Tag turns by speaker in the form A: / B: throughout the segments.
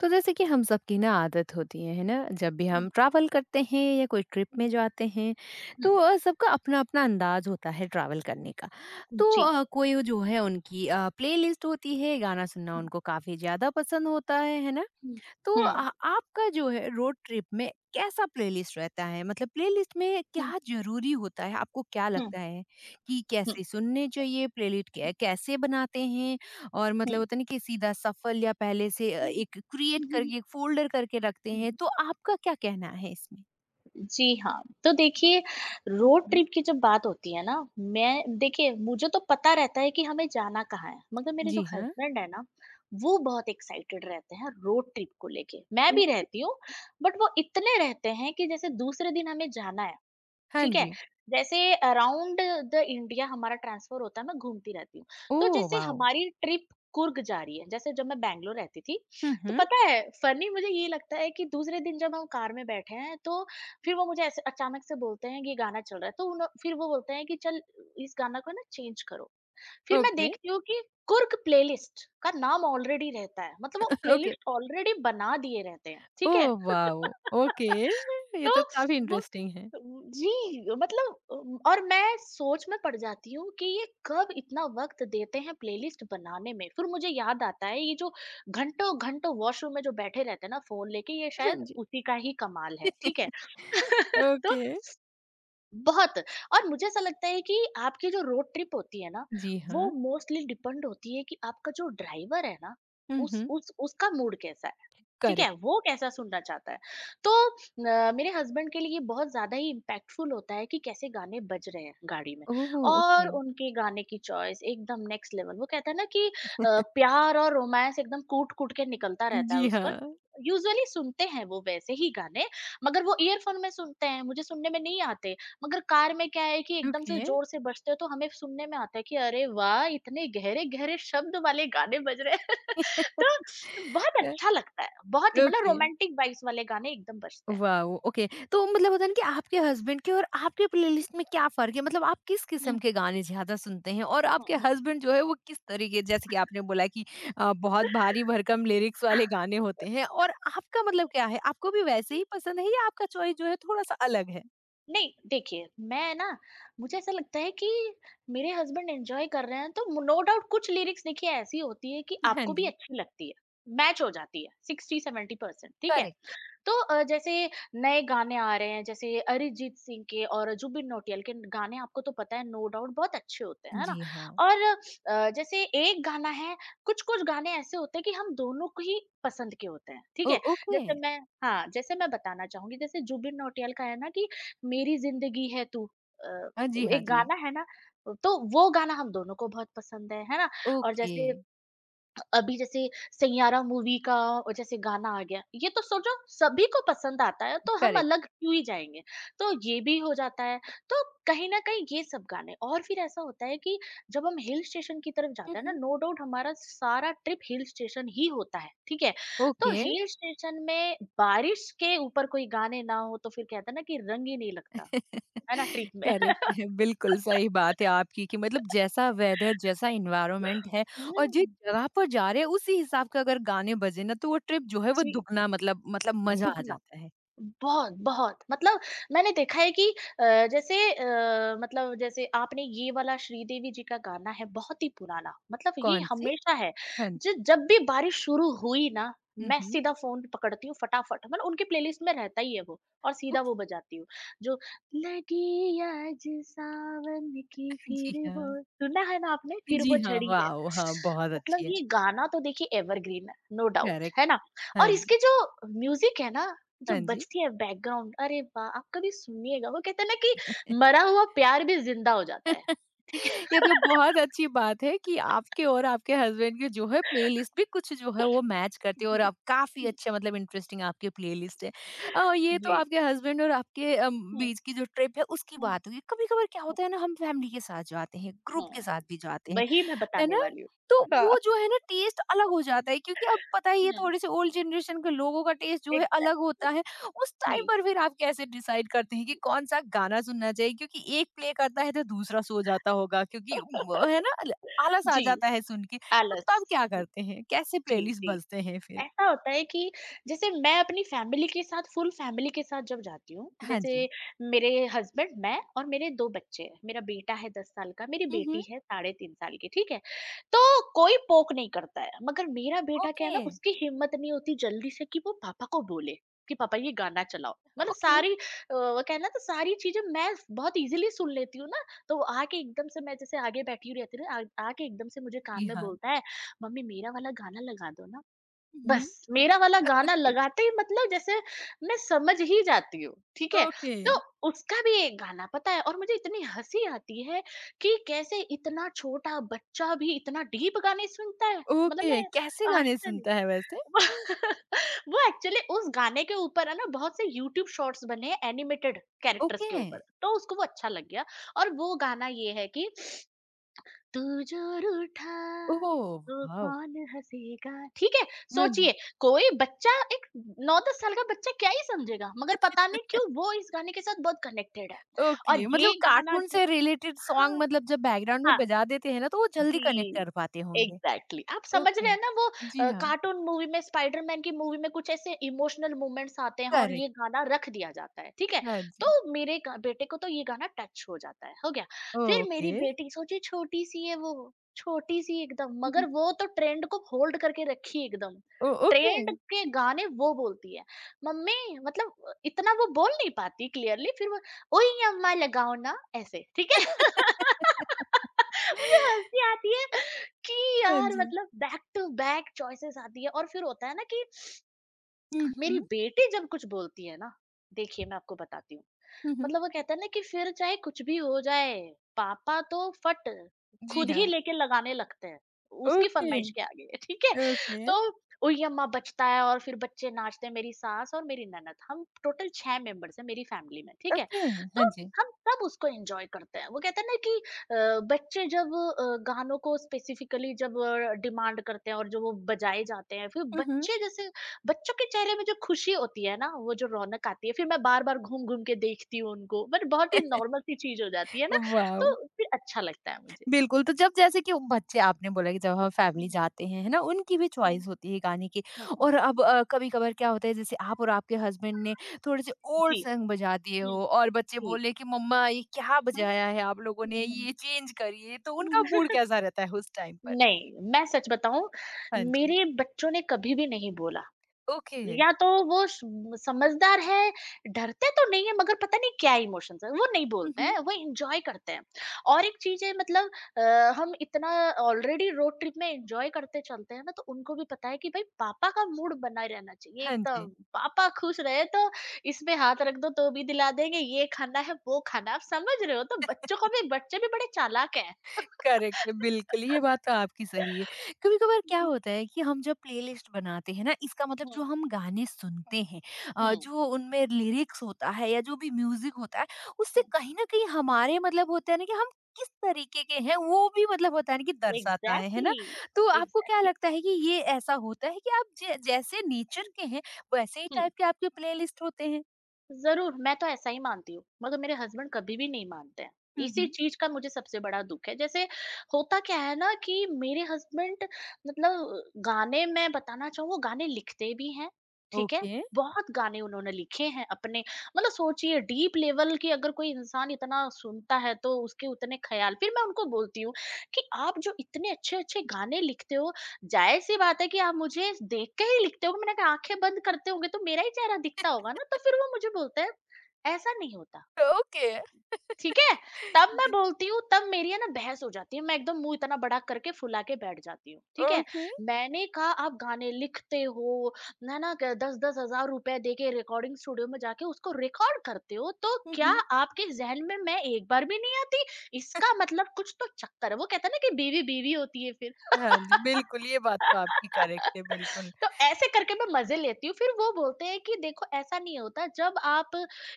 A: तो जैसे कि हम सबकी ना आदत होती है ना? जब भी हम
B: हुँ,
A: ट्रैवल करते हैं या कोई ट्रिप
B: हुँ,
A: में जाते हैं, तो सबका अपना-अपना अंदाज़ होता है ट्रैवल करने का।
B: हुँ,
A: तो
B: जी।
A: कोई जो है उनकी प्लेलिस्ट होती है, गाना सुनना
B: हुँ,
A: उनको काफ़ी ज़्यादा पसंद होता है ना?
B: हुँ,
A: तो
B: हुँ,
A: आपका जो है रोड ट्रिप में कैसा प्लेलिस्ट रहता है, मतलब प्लेलिस्ट में
B: हुँ,
A: क्या जरूरी होता है, आपको क्या
B: हुँ,
A: लगता है कि
B: हुँ,
A: कैसे सुनने चाहिए, प्लेलिस्ट क्या कैसे बनाते हैं? और मतलब होता नहीं कि सीधा सफल, या पहले से
B: हुँ,
A: एक क्रिएट
B: हुँ,
A: करके एक फोल्डर करके रखते
B: हुँ,
A: हैं, तो आपका क्या कहना है इसमें?
B: जी हाँ, तो देखिए रोड
A: हम्म।
B: ट्रिप की जब बात होती है ना, मैं देखिए मुझे तो पता रहता है कि हमें जाना कहाँ है, मगर मेरे जो
A: जी हाँ।
B: हस्बैंड है ना, वो बहुत एक्साइटेड रहते हैं रोड ट्रिप को लेके। मैं भी
A: ओके।
B: रहती हूँ, बट वो इतने रहते हैं कि जैसे दूसरे दिन हमें जाना है।
A: हाँ
B: ठीक है?
A: जी।
B: जैसे अराउंड द इंडिया हमारा ट्रांसफर होता है, मैं घूमती रहती हूँ।
A: ओ
B: तो जैसे
A: वाओ।
B: हमारी ट्रिप कुर्ग जा रही है, जैसे जब मैं बैंगलोर रहती थी, तो
A: हम्म।
B: पता है फनी मुझे ये लगता है कि दूसरे दिन जब हम कार में बैठे हैं, तो फिर वो मुझे ऐसे अचानक से बोलते हैं, कि "ये गाना चल रहा है।" तो उन्हो फिर वो बोलते हैं कि, "चल, इस गाना को ना चेंज करो।" फिर मैं
A: ओके।
B: देखती हूँ कि कुर्क प्लेलिस्ट का नाम ऑलरेडी रहता है मतलब वो
A: ओके।
B: प्लेलिस्ट ऑलरेडी बना दिए रहते हैं
A: ओ
B: ठीक है।
A: वाओ। ओके। ये
B: तो
A: तो काफी
B: वो
A: इंटरेस्टिंग है।
B: जी मतलब और मैं सोच में पड़ जाती हूँ कि ये कब इतना वक्त देते हैं प्लेलिस्ट बनाने में फिर मुझे याद आता है ये जो घंटों घंटों वॉशरूम में जो बैठे रहते हैं ना फोन लेके ये
A: हाँ
B: शायद
A: जी।
B: उसी का ही कमाल है ठीक है। तो
A: ओके।
B: बहुत और मुझे ऐसा लगता है कि आपकी जो रोड ट्रिप होती है ना,
A: जी
B: वो
A: हाँ।
B: मोस्टली डिपेंड होती है कि आपका जो ड्राइवर है ना,
A: हुँ, हुँ।
B: उस उसका मूड कैसा है, ठीक
A: करेक्ट।
B: है? वो कैसा सुनना चाहता है। तो मेरे हस्बैंड के लिए ये बहुत ज़्यादा ही इम्पैक्टफुल होता है कि कैसे गाने बज रहे हैं गाड़ी में
A: ओह! ओके।
B: और उनके गाने की चॉइस एकदम नेक्स्ट लेवल। वो कहता है ना कि प्यार और रोमांस एकदम कूट-कूट के निकलता रहता है
A: जी
B: उस वक़्त।
A: हाँ।
B: यूजुअली सुनते हैं वो वैसे ही गाने, मगर वो ईयरफ़ोन में सुनते हैं, मुझे सुनने में नहीं आते। मगर कार में क्या है कि एकदम से
A: ओके।
B: ज़ोर से बजते हैं तो हमें सुनने में आता है कि अरे वाह! इतने गहरे-गहरे शब्द वाले गाने बज रहे हैं। तो बहुत
A: अ,
B: अच्छा लगता है। बहुत ही मतलब
A: ओके।
B: रोमांटिक वाइब्स वाले गाने एकदम बजते हैं।
A: वाओ! ओके। तो मतलब होता है ना कि आपके हस्बैंड के और आपके प्लेलिस्ट में क्या फ़र्क है? मतलब आप किस
B: हुँ,
A: किस्म के गाने ज़्यादा सुनते हैं, और
B: हुँ,
A: आपके
B: हुँ।
A: हस्बैंड जो है वो किस तरीके, जैसे कि आपने बोला कि बहुत भारी भरकम लिरिक्स वाले गाने होते हैं, और आपका मतलब क्या है? आपको भी वैसे ही पसंद है या आपका चॉइस जो है थोड़ा-सा अलग है?
B: नहीं, देखिए मैं ना मुझे ऐसा लगता है कि मेरे हस्बैंड एन्जॉय कर रहे हैं तो मु नो डाउट कुछ लिरिक्स देखिए ऐसी होती है कि
A: हाँ
B: आपको भी
A: जी,
B: अच्छी लगती है, मैच हो जाती है 60-70%। ठीक है?
A: करेक्ट।
B: तो जैसे नए गाने आ रहे हैं जैसे अरिजीत सिंह के और जुबिन नौटियाल के गाने आपको तो पता है नो डाउट बहुत अच्छे होते हैं है ना।
A: जी हाँ।
B: और जैसे एक गाना है कुछ कुछ गाने ऐसे होते हैं कि हम दोनों को ही पसंद के होते हैं ठीक
A: ओ
B: है।
A: ओके।
B: जैसे मैं हाँ जैसे मैं बताना चाहूंगी जैसे जुबिन नौटियाल का है ना कि मेरी जिंदगी है तू, अ,
A: जी हाँ
B: एक
A: जी।
B: गाना है ना तो वो गाना हम दोनों को बहुत पसंद है ना। और
A: ओके,
B: जैसे अभी जैसे सैयारा मूवी का और जैसे गाना आ गया, ये तो सोचो सभी को पसंद आता है तो हम
A: करेक्ट।
B: अलग क्यों ही जाएँगे? तो ये भी हो जाता है, तो कहीं न कहीं ये सब गाने और फिर ऐसा होता है कि जब हम हिल स्टेशन की तरफ
A: हुँ,
B: जाते हैं ना,
A: हुँ।
B: नो डाउट हमारा सारा ट्रिप हिल स्टेशन ही होता है, ठीक है? तो
A: ओके।
B: हिल स्टेशन में बारिश के ऊपर कोई गाने ना हो तो फिर कहते हैं ना कि रंग ही नहीं लगता, है ना ट्रिप में?
A: करेक्ट है, बिल्कुल सही बात है आपकी कि मतलब जैसा वेदर, जैसा इन्वायरमेंट है और जिस
B: हुँ,
A: जगह पर जा रहे हैं उसी हिसाब का अगर गाने बजे ना, तो वो ट्रिप जो है वो
B: जी,
A: दुगना मतलब मजा आ
B: दुग
A: जाता है।
B: बहुत, बहुत मतलब मैंने देखा है कि जैसे मतलब जैसे आपने ये वाला श्रीदेवी जी का गाना है बहुत ही पुराना, मतलब ये
A: कौन सी?
B: हमेशा है।
A: हाँ जी।
B: ज जब भी बारिश शुरू हुई ना, मैं
A: हम्म।
B: सीधा फ़ोन पकड़ती हूँ फटाफट, मतलब उनकी प्लेलिस्ट में रहता ही है वो और सीधा
A: ओके।
B: वो बजाती हूँ। जो लगी आज सावन की
A: जी
B: फिर वो
A: हाँ।
B: सुना है ना आपने? फिर
A: जी
B: वो
A: हाँ,
B: झड़ी है।
A: वाह, हाँ, बहुत
B: मतलब
A: अच्छी है।
B: ये गाना तो देखिए एवरग्रीन है, नो डाउट,
A: करेक्ट।
B: है ना? और
A: हाँ जी।
B: इसके जो म्यूज़िक है ना जो
A: हाँ जी।
B: बजती है बैकग्राउंड अरे वाह! आप कभी सुनिएगा, वो कहते हैं ना कि मरा हुआ प्यार भी ज़िंदा हो जाता है। ठीक है?
A: ये तो बहुत अच्छी बात है कि आपके और आपके हस्बैंड की जो है प्लेलिस्ट भी कुछ जो है वो मैच करती है, और
B: जी,
A: आप काफी
B: हुँ,
A: अच्छा, मतलब इंटरेस्टिंग आपकी प्लेलिस्ट है। और ये तो
B: जी।
A: आपके हस्बैंड और आपके
B: हुँ,
A: बीच की जो ट्रिप है उसकी
B: हुँ,
A: बात हुई, कभी कभार क्या
B: हुँ,
A: होता है ना, हम फैमिली के साथ जाते हैं, ग्रुप के
B: हाँ।
A: साथ भी जाते हैं,
B: वही मैं
A: है
B: बताने
A: ना?
B: वाली हूँ।
A: तो वो
B: हाँ,
A: जो है ना टेस्ट अलग हो जाता है, क्योंकि अब पता ही है
B: हुँ,
A: थोड़े से ओल्ड जनरेशन के लोगों का टेस्ट जो है अलग होता
B: एग्ज़ैक्टली
A: है। उस टाइम
B: जी।
A: पर फिर आप कैसे डिसाइड करते हैं कि कौन-सा गाना सुनना चाहिए? क्योंकि एक प्ले करता है तो दूसरा सो जाता होगा, क्योंकि है ना? ल आलस आ
B: जी,
A: जाता है सुन के। तो तब
B: आलस।
A: क्या
B: जी,
A: करते हैं? कैसे
B: जी,
A: प्लेलिस्ट
B: जी।
A: बजते हैं फिर?
B: ऐसा होता है कि जैसे मैं अपनी फैमिली के साथ फुल फैमिली के साथ जब जाती हूँ,
A: हाँ जी।
B: जैसे मेरे हस्बैंड, मैं और मेरे 2 बच्चे हैं। मेरा बेटा है 10 साल का, मेरी
A: हुँ, हुँ।
B: बेटी है साढ़े 3 साल की, ठीक है? तो कोई पोक नहीं करता है, मगर मेरा बेटा क्या है
A: ओके,
B: ना, उसकी हिम्मत नहीं होती जल्दी से कि वो पापा को बोले कि पापा ये गाना चलाओ। मतलब
A: ओके।
B: सारी वो क्या है ना, तो सारी चीज़ें मैं बहुत ईज़िली सुन लेती हूँ ना, तो वो आके एकदम से मैं जैसे आगे बैठी हुई रहती हूँ ना, आ आके एकदम से मुझे कान
A: जी
B: में
A: हाँ।
B: बोलता है, "मम्मी मेरा वाला गाना लगा दो ना।"
A: हुँ, हुँ।
B: बस मेरा वाला गाना
A: ओके,
B: लगाते ही मतलब जैसे मैं समझ ही जाती हूँ, ठीक है?
A: ओके,
B: तो उसका भी एक गाना पता है और मुझे इतनी हँसी आती है कि कैसे इतना छोटा बच्चा भी इतना डीप गाने सुनता है। मतलब
A: ओके।
B: मैं
A: कैसे गाने
B: आश्चर्य।
A: सुनता है वैसे?
B: वो एक्चुअली उस गाने के ऊपर है ना बहुत से यूट्यूब शॉर्ट्स बने हैं एनिमेटेड कैरेक्टर्स के
A: ओके।
B: ऊपर, तो उसको वो अच्छा लग गया और वो गाना ये है कि तू जो रूठा
A: ओह!
B: तो
A: वाओ!
B: कौन हंसेगा ठीक है।
A: हाँ जी।
B: सोचिए कोई बच्चा एक नौ दस साल का बच्चा क्या ही समझेगा मगर पता नहीं क्यों वो इस गाने के साथ बहुत कनेक्टेड है और
A: ओके, मतलब
B: ये
A: कार्टून से रिलेटेड
B: हाँ
A: सॉन्ग, मतलब जब बैकग्राउंड में
B: हाँ।
A: बजा देते हैं ना तो वो जल्दी कनेक्ट
B: जी,
A: कर पाते होंगे।
B: एग्ज़ैक्टली आप समझ रहे
A: ओके।
B: हैं ना वो
A: जी हाँ,
B: कार्टून मूवी में स्पाइडरमैन की मूवी में कुछ ऐसे इमोशनल मोमेंट्स आते हैं और
A: करेक्ट।
B: ये गाना रख दिया जाता है, ठीक है?
A: हाँ जी।
B: तो मेरे ग बेटे को तो ये गाना टच हो जाता है, हो गया। फिर
A: ओके।
B: मेरी बेटी सोचिए छोटी-सी है वो, छोटी-सी एकदम
A: हुँ, हुँ।
B: मगर वो तो ट्रेंड को होल्ड करके रखी एकदम।
A: ओ ओके।
B: ट्रेंड के गाने वो बोलती है, "मम्मी" मतलब इतना वो बोल नहीं पाती क्लियरली फिर वो, "ओई अम्मा लगाओ ना" ऐसे, ठीक है? मुझे हँसी आती है कि
A: हाँ
B: यार
A: जी।
B: मतलब बैक टू बैक चॉइसेस आती है और फिर होता है ना कि
A: हुँ,
B: मेरी
A: हुँ।
B: बेटी जब कुछ बोलती है ना देखिए मैं आपको बताती हूँ
A: हुँ, हुँ।
B: मतलब वो कहते हैं ना कि फिर चाहे कुछ भी हो जाए, पापा तो फट
A: जी
B: खुद ही
A: हाँ।
B: लेके लगाने लगते हैं, उसकी
A: ओके,
B: फरमाइश के आगे। ठीक है?
A: ओके,
B: तो "ओई अम्मा" बजता है और फिर बच्चे नाचते हैं, मेरी सास और मेरी ननद, हम टोटल 6 मेंबर्स हैं मेरी फैमिली में, ठीक है?
A: ओके।
B: तो
A: हाँ जी।
B: हम सब उसको एन्जॉय करते हैं, वो कहते हैं ना कि बच्चे जब गानों को स्पेसिफ़िकली जब डिमांड करते हैं और जब वो बजाए जाते हैं, फिर
A: हुँ, हुँ।
B: बच्चे जैसे बच्चों के चेहरे में जो खुशी होती है ना, वो जो रौनक आती है, फिर मैं बार-बार घूम-घूम के देखती हूँ उनको, बट बहुत ही नॉर्मल सी चीज़ हो जाती है ना,
A: वाव!
B: तो फिर अच्छा लगता है मुझे।
A: बिल्कुल, तो जब, जैसे कि उन बच्चे आपने बोला कि जब हम फैमिली
B: हुँ,
A: जाते हैं, है ना? उनकी भी
B: हुँ,
A: चॉइस होती है गाने की।
B: हुँ।
A: और अब कभी-कभार क्या होता है, जैसे आप और आपके हस्बैंड ने थोड़े-से ओल्ड
B: जी।
A: सॉन्ग बजा दिए
B: हुँ,
A: हो, और बच्चे
B: जी।
A: बोले कि मम्मा ये क्या
B: हाँ।
A: बजाया है आप लोगों ने?
B: हुँ, हुँ।
A: ये चेंज करिए। तो
B: हुँ,
A: उनका
B: हुँ।
A: मूड कैसा रहता है उस टाइम पर?
B: नहीं, मैं सच बताऊँ,
A: हाँ जी।
B: मेरे बच्चों ने कभी भी नहीं बोला।
A: ओके।
B: या तो वो स समझदार है, डरते तो नहीं है मगर पता नहीं क्या इमोशंस है, वो नहीं
A: हुँ,
B: बोलते
A: हुँ।
B: हैं, वो एन्जॉय करते हैं। और एक चीज़ है मतलब हम इतना ऑलरेडी रोड ट्रिप में एन्जॉय करते चलते हैं ना, तो उनको भी पता है कि भाई पापा का मूड बना रहना चाहिए
A: हाँ जी।
B: एकदम। पापा खुश रहे तो इसमें हाथ रख दो तो भी दिला देंगे, ये खाना है, वो खाना आप समझ रहे हो तो बच्चों को भी बच्चे भी बड़े चालाक हैं।
A: करेक्ट है, बिल्कुल ये बात तो आपकी सही है। कभी-कभार क्या होता है कि हम जब प्लेलिस्ट बनाते हैं ना, इसका मतलब जो
B: हुँ,
A: हम गाने सुनते हैं,
B: हुँ,
A: जो उनमें लिरिक्स होता है या जो भी म्यूज़िक होता है, उससे
B: हुँ,
A: कहीं न कहीं हमारे, मतलब होता है ना कि हम किस तरीके के हैं वो भी, मतलब होता है ना कि
B: हुँ।
A: दर्शाता है ना?
B: एग्ज़ैक्टली,
A: तो आपको क्या
B: एग्ज़ैक्टली।
A: लगता है कि ये ऐसा होता है कि आप जै जैसे नेचर
B: हुँ,
A: के हैं, वैसे ही
B: हुँ।
A: टाइप के आपके प्लेलिस्ट होते हैं?
B: ज़रूर, मैं तो ऐसा ही मानती हूँ, मगर मेरे हस्बैंड कभी भी नहीं मानते हैं।
A: हुँ,
B: इसी
A: हुँ।
B: चीज़ का मुझे सबसे बड़ा दुःख है। जैसे होता क्या है ना कि मेरे हस्बैंड मतलब गाने मैं बताना चाहूँ वो गाने लिखते भी हैं, ठीक है?
A: ओके,
B: बहुत गाने उन्होंने लिखे हैं अपने मतलब सोचिए डीप लेवल की अगर कोई इंसान इतना सुनता है तो उसके उतने ख़्याल फिर मैं उनको बोलती हूँ कि आप जो इतने अच्छे-अच्छे गाने लिखते हो ज़ाहिर-सी बात है कि आप मुझे देख के ही लिखते होगे, मैंने कहा आँखें बंद करते होंगे तो मेरा ही चेहरा दिखता होगा ना, तो फिर वो मुझे बोलते हैं, "ऐसा नहीं होता,
A: ओके।
B: ठीक है?" तब मैं
A: जी,
B: बोलती हूँ, तब मेरी है ना बहस हो जाती है, मैं एकदम मुँह इतना बड़ा करके फुला के बैठ जाती हूँ, ठीक है?
A: ओके।
B: मैंने कहा आप गाने लिखते हो, है ना? क 10-10 हज़ार रुपए दे के रिकॉर्डिंग स्टूडियो में जाके उसको रिकॉर्ड करते हो, तो
A: हुँ,
B: क्या
A: हुँ।
B: आपके ज़हन में मैं एक बार भी नहीं आती? इसका मतलब कुछ तो चक्कर है, वो कहते हैं ना कि बीवी बीवी होती है फिर।
A: हाँ जी, बिल्कुल, ये बात तो आपकी करेक्ट है, बिल्कुल,
B: तो ऐसे करके मैं मजे लेती हूँ। फिर वो बोलते हैं कि देखो ऐसा नहीं होता जब आप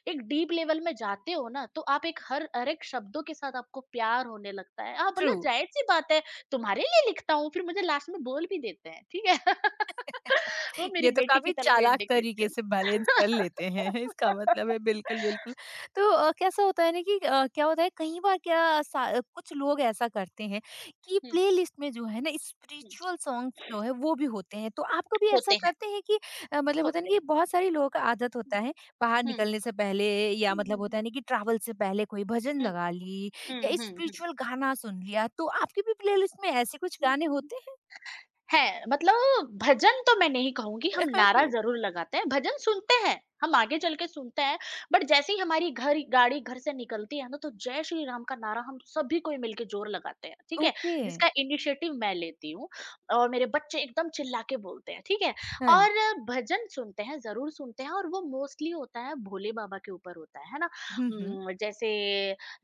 B: एक डीप लेवल में जाते हो ना तो आप एक हर हर एक शब्दों के साथ आपको प्यार होने लगता है। हाँ,
A: ट्रू।
B: बोला जाहिर-सी बात है तुम्हारे लिए लिखता हूँ फिर मुझे लास्ट में बोल भी देते हैं, ठीक है? वो मेरी
A: ये तो
B: बेटी
A: काफ़ी
B: की तरफ
A: चालाक
B: इंडिकेट
A: तरीके से
B: करते,
A: बैलेंस कर लेते हैं, इसका मतलब है, बिल्कुल, बिल्कुल। तो कैसा होता है ना कि क्या होता है, कई बार क्या सा कुछ लोग ऐसा करते हैं कि
B: हुँ,
A: प्लेलिस्ट में जो है ना
B: हुँ,
A: स्पिरिचुअल सॉन्ग्स जो है वो भी होते हैं। तो आप कभी ऐसा
B: होते हैं,
A: करते हैं कि मतलब होता है ना
B: होते हैं।
A: कि बहुत सारे लोगों का आदत
B: हुँ,
A: होता है, बाहर
B: हुँ,
A: निकलने से पहले, या
B: हुँ,
A: मतलब होता
B: हुँ,
A: है ना कि ट्रैवल से पहले कोई भजन
B: हुँ,
A: लगा ली
B: हुँ,
A: या
B: हुँ,
A: स्पिरिचुअल गाना सुन लिया। तो आपकी भी प्लेलिस्ट में ऐसे कुछ
B: हुँ,
A: गाने
B: हुँ।
A: होते हैं?
B: है, मतलब भजन तो मैं नहीं कहूँगी, हम नारा
A: ओके।
B: ज़रूर लगाते हैं, भजन सुनते हैं, हम आगे चल के सुनते हैं, बट जैसे ही हमारी घर गाड़ी घर से निकलती है ना, तो जय श्री राम का नारा हम सभी कोई मिलके ज़ोर लगाते हैं, ठीक है?
A: ओके।
B: जिसका इनिशिएटिव मैं लेती हूँ और मेरे बच्चे एकदम चिल्ला के बोलते हैं, ठीक है?
A: हाँ जी।
B: और भजन सुनते हैं, ज़रूर सुनते हैं और वो मोस्टली होता है भोले बाबा के ऊपर होता है ना?
A: हुँ, हुँ।
B: जैसे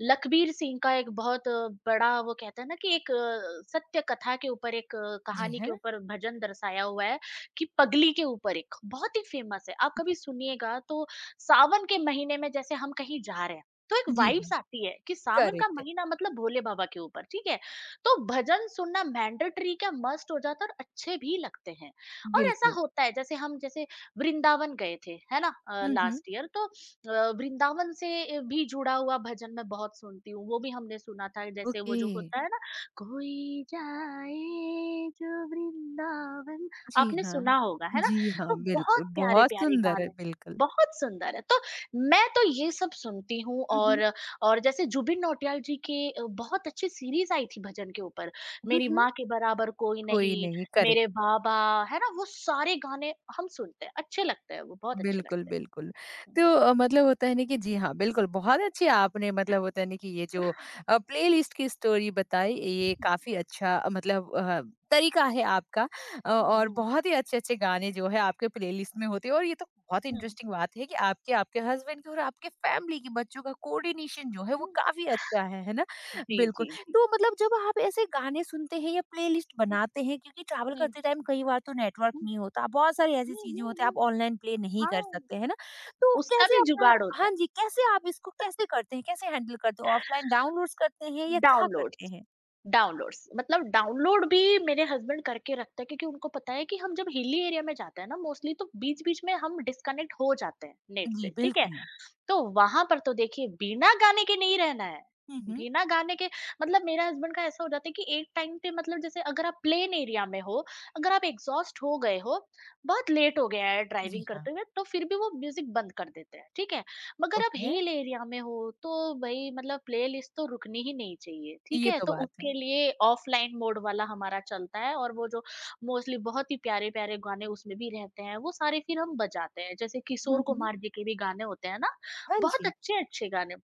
B: लखबीर सिंह का एक बहुत बड़ा वो कहते हैं ना कि एक सत्य कथा के ऊपर एक
A: जी
B: कहानी के
A: हाँ।
B: ऊपर भजन दर्शाया हुआ है कि पगली के ऊपर एक बहुत ही फेमस है आप
A: हम्म,
B: कभी सुनिएगा तो सावन के महीने में जैसे हम कहीं जा रहे हैं तो एक
A: जी हाँ,
B: वाइब्स आती है कि सावन का
A: करेक्ट है,
B: महीना मतलब भोले बाबा के ऊपर ठीक है तो भजन सुनना मैंडेटरी क्या मस्ट हो जाता है और अच्छे भी लगते हैं और ऐसा
A: बिल्कुल।
B: होता है जैसे हम जैसे वृंदावन गए थे है ना
A: हुँ, हुँ।
B: लास्ट ईयर तो वृंदावन से भी जुड़ा हुआ भजन मैं बहुत सुनती हूँ वो भी हमने सुना था जैसे वो
A: ओके,
B: जो होता है ना कोई जाए जो वृंदावन
A: जी
B: आपने
A: हाँ।
B: सुना होगा है ना
A: जी हाँ,
B: तो
A: बिल्कुल,
B: बहुत प्यारे
A: बहुत
B: प्यारे
A: सुंदर है,
B: गाने
A: बिल्कुल।
B: बहुत सुंदर है तो मैं तो ये सब सुनती हूँ
A: हुँ, हुँ।
B: और जैसे जुबिन नौटियाल जी के बहुत अच्छी सीरीज आई थी भजन के ऊपर
A: हुँ,
B: मेरी
A: हुँ,
B: माँ के बराबर कोई
A: कोई
B: नहीं
A: नहीं करे।
B: मेरे बाबा है ना वो सारे गाने हम सुनते हैं अच्छे लगते हैं वो बहुत अच्छे
A: बिल्कुल,
B: लगते हैं
A: बिल्कुल। तो मतलब होता है ना कि, जी हाँ, बिल्कुल बहुत अच्छी आपने, मतलब होता है ना कि ये जो प्लेलिस्ट की स्टोरी बताई, ये
B: हम्म।
A: काफ़ी अच्छा मतलब तरीका है आपका।
B: हुँ,
A: और
B: हुँ,
A: बहुत ही अच्छे-अच्छे गाने जो है आपके प्लेलिस्ट में होते हैं, और ये तो बहुत
B: हुँ,
A: इंटरेस्टिंग बात है कि आपके, आपके हस्बैंड की और आपके फैमिली की बच्चों का कोऑर्डिनेशन जो है वो
B: हुँ।
A: काफ़ी अच्छा है ना?
B: जी,
A: बिल्कुल।
B: जी, जी।
A: तो मतलब जब आप ऐसे गाने सुनते हैं या प्लेलिस्ट
B: हुँ,
A: बनाते हैं, क्योंकि ट्रैवल करते टाइम कई बार तो नेटवर्क
B: हुँ,
A: नहीं होता, बहुत सारी ऐसी
B: हुँ,
A: चीज़ें
B: हुँ,
A: होती हैं,
B: हुँ।
A: आप ऑनलाइन प्ले नहीं कर
B: हाँ,
A: सकते, है ना? तो
B: उसका
A: कैसे
B: भी
A: अपना,
B: जुगाड़ होता
A: हाँ
B: है।
A: जी, कैसे आप इसको कैसे करते हैं? कैसे हैंडल करते हो? ऑफलाइन डाउनलोड्स करते हैं या क्या करते
B: डाउनलोड्स
A: हैं?
B: डाउनलोड्स मतलब डाउनलोड भी मेरे हस्बैंड करके रखते हैं क्योंकि उनको पता है कि हम जब हिली एरिया में जाते हैं ना मोस्टली तो बीच-बीच में हम डिस्कनेक्ट हो जाते हैं नेट
A: जी,
B: से, ठीक है?
A: बिल्कुल।
B: तो वहाँ पर तो देखिए बिना गाने के नहीं रहना है।
A: हुँ, हुँ।
B: बिना गाने के मतलब मेरा हस्बैंड का ऐसा हो जाता है कि एक टाइम पे मतलब जैसे अगर आप प्लेन एरिया में हो, अगर आप एग्ज़ॉस्ट हो गए हो, बहुत लेट हो गया है
A: जी
B: ड्राइविंग
A: हाँ,
B: करते हुए, तो फिर भी वो म्यूज़िक बंद कर देते हैं, ठीक है? मगर आप
A: ओके।
B: हिल एरिया में हो, तो भई मतलब प्लेलिस्ट तो रुकनी ही नहीं चाहिए, ठीक
A: ये
B: है?
A: तो
B: तो
A: बात है।
B: उसके लिए ऑफलाइन मोड वाला हमारा चलता है और वो जो मोस्टली बहुत ही प्यारे-प्यारे गाने उसमें भी रहते हैं, वो सारे फिर हम बजाते हैं। जैसे किशोर
A: हुँ, हुँ।
B: कुमार जी के भी गाने होते हैं ना,
A: हाँ
B: बहुत
A: जी,
B: अच्छे-अच्छे गाने।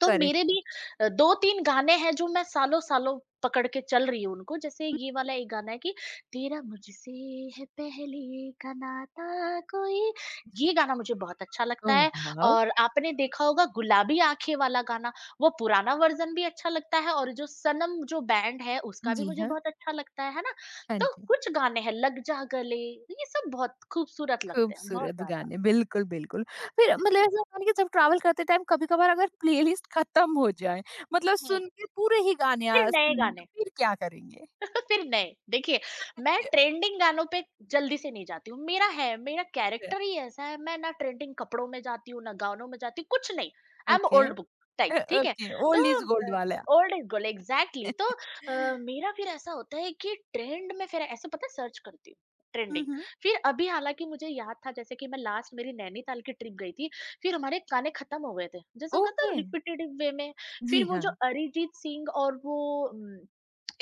B: तो
A: करेक्ट
B: मेरे
A: है।
B: भी 2-3 गाने हैं जो मैं सालों-सालों पकड़ के चल रही हूँ उनको। जैसे
A: हुँ,
B: ये वाला एक गाना है कि तेरा मुझसे है पहले का नाता कोई,
A: जी।
B: ये गाना मुझे बहुत अच्छा लगता
A: ओह
B: है
A: वाव!
B: और आपने देखा होगा गुलाबी आँखें वाला गाना, वो पुराना वर्ज़न भी अच्छा लगता है और जो सनम जो बैंड है उसका भी
A: जी
B: मुझे
A: हाँ,
B: बहुत अच्छा लगता है ना?
A: हाँ
B: तो
A: जी।
B: कुछ गाने हैं लग जा गले, ये सब बहुत खूबसूरत लगते हैं, बहुत
A: खूबसूरत
B: ज़्यादा।
A: गाने, बिल्कुल, बिल्कुल। फिर मतलब
B: हुँ,
A: ऐसा होता है ना कि जब ट्रैवल करते टाइम कभी-कभार अगर प्लेलिस्ट खत्म हो जाए, मतलब सुन के पूरे ही गाने
B: फिर
A: सुन
B: नए
A: हुँ। लें,
B: गाने।
A: फिर क्या करेंगे?
B: फिर नहीं देखिए मैं
A: य
B: ट्रेंडिंग गानों पे जल्दी से नहीं जाती हूँ मेरा
A: अ,
B: कैरेक्टर ही ऐसा है मैं ना ट्रेंडिंग कपड़ों में जाती हूँ ना गानों में जाती हूँ कुछ नहीं I am
A: okay.
B: Old book type ठीक है
A: ओके,
B: तो
A: ओल्ड इज़ गोल्ड वाला।
B: ओल्ड इज गोल्ड एग्जैक्टली तो मेरा फिर ऐसा होता है कि ट्रेंड में फिर ऐसे पता सर्च करती हूँ
A: हुँ,
B: ट्रेंडिंग
A: हुँ,
B: फिर अभी हालांकि मुझे याद था जैसे कि मैं लास्ट मेरी नैनीताल की ट्रिप गई थी फिर हमारे गाने खत्म हो गए थे जैसे वो कहते
A: ओके।
B: हैं रिपीटेटिव वे में
A: जी
B: फिर वो
A: हाँ।
B: जो अरिजीत सिंह और वो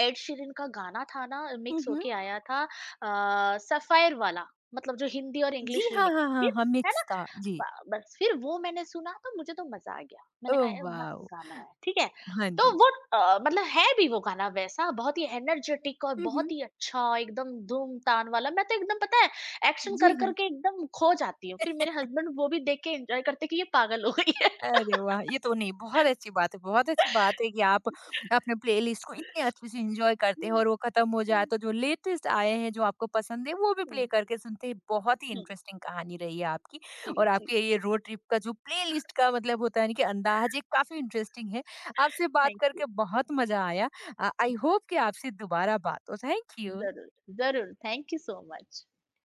B: एड शीरन का गाना था ना
A: हुँ,
B: मिक्स
A: हुँ।
B: होके आया था सफ़ायर वाला मतलब जो हिंदी और
A: जी
B: इंग्लिश
A: हाँ,
B: रीमिक्स
A: हाँ, हाँ,
B: फिर
A: हाँ,
B: है
A: मिक्स
B: ना?
A: था। जी।
B: ब बस फिर वो मैंने सुना तो मुझे तो मज़ा आ गया। मैंने
A: ओह
B: कहा ये मस्त
A: वाओ!
B: गाना है, ठीक है?
A: हाँ
B: तो
A: जी।
B: वो मतलब है भी वो गाना वैसा बहुत ही एनर्जेटिक और
A: हुँ, हुँ।
B: बहुत ही अच्छा एकदम धूम-तान वाला। मैं तो एकदम पता है एक्शन
A: जी
B: कर,
A: हाँ।
B: कर के एकदम खो जाती हूँ। फिर मेरे हस्बैंड वो भी देख के एन्जॉय करते हैं कि ये पागल हो गई है।
A: अरे वाह! ये तो नहीं, बहुत अच्छी बात है, बहुत अच्छी बात है कि आप
B: जी।
A: अपने प्लेलिस्ट को इतने अच्छे से एन्जॉय करते हैं,
B: हुँ,
A: और वो खत्म हो जाए
B: हुँ,
A: तो जो लेटेस्ट आए हैं, जो आपको पसंद है, वो भी
B: हुँ,
A: प्ले करके सुनते हैं। बहुत ही
B: हुँ।
A: इंटरेस्टिंग कहानी रही है आपकी,
B: जी,
A: और
B: जी।
A: आपके ये रोड ट्रिप का जो प्लेलिस्ट का, मतलब होता है ना कि अंदाज़, ये काफ़ी इंटरेस्टिंग है। आपसे बात
B: थैंक यू।
A: करके बहुत मज़ा आया। आई होप कि आपसे दोबारा बात हो। Thank you.
B: Zurul, zurul. Thank you so much.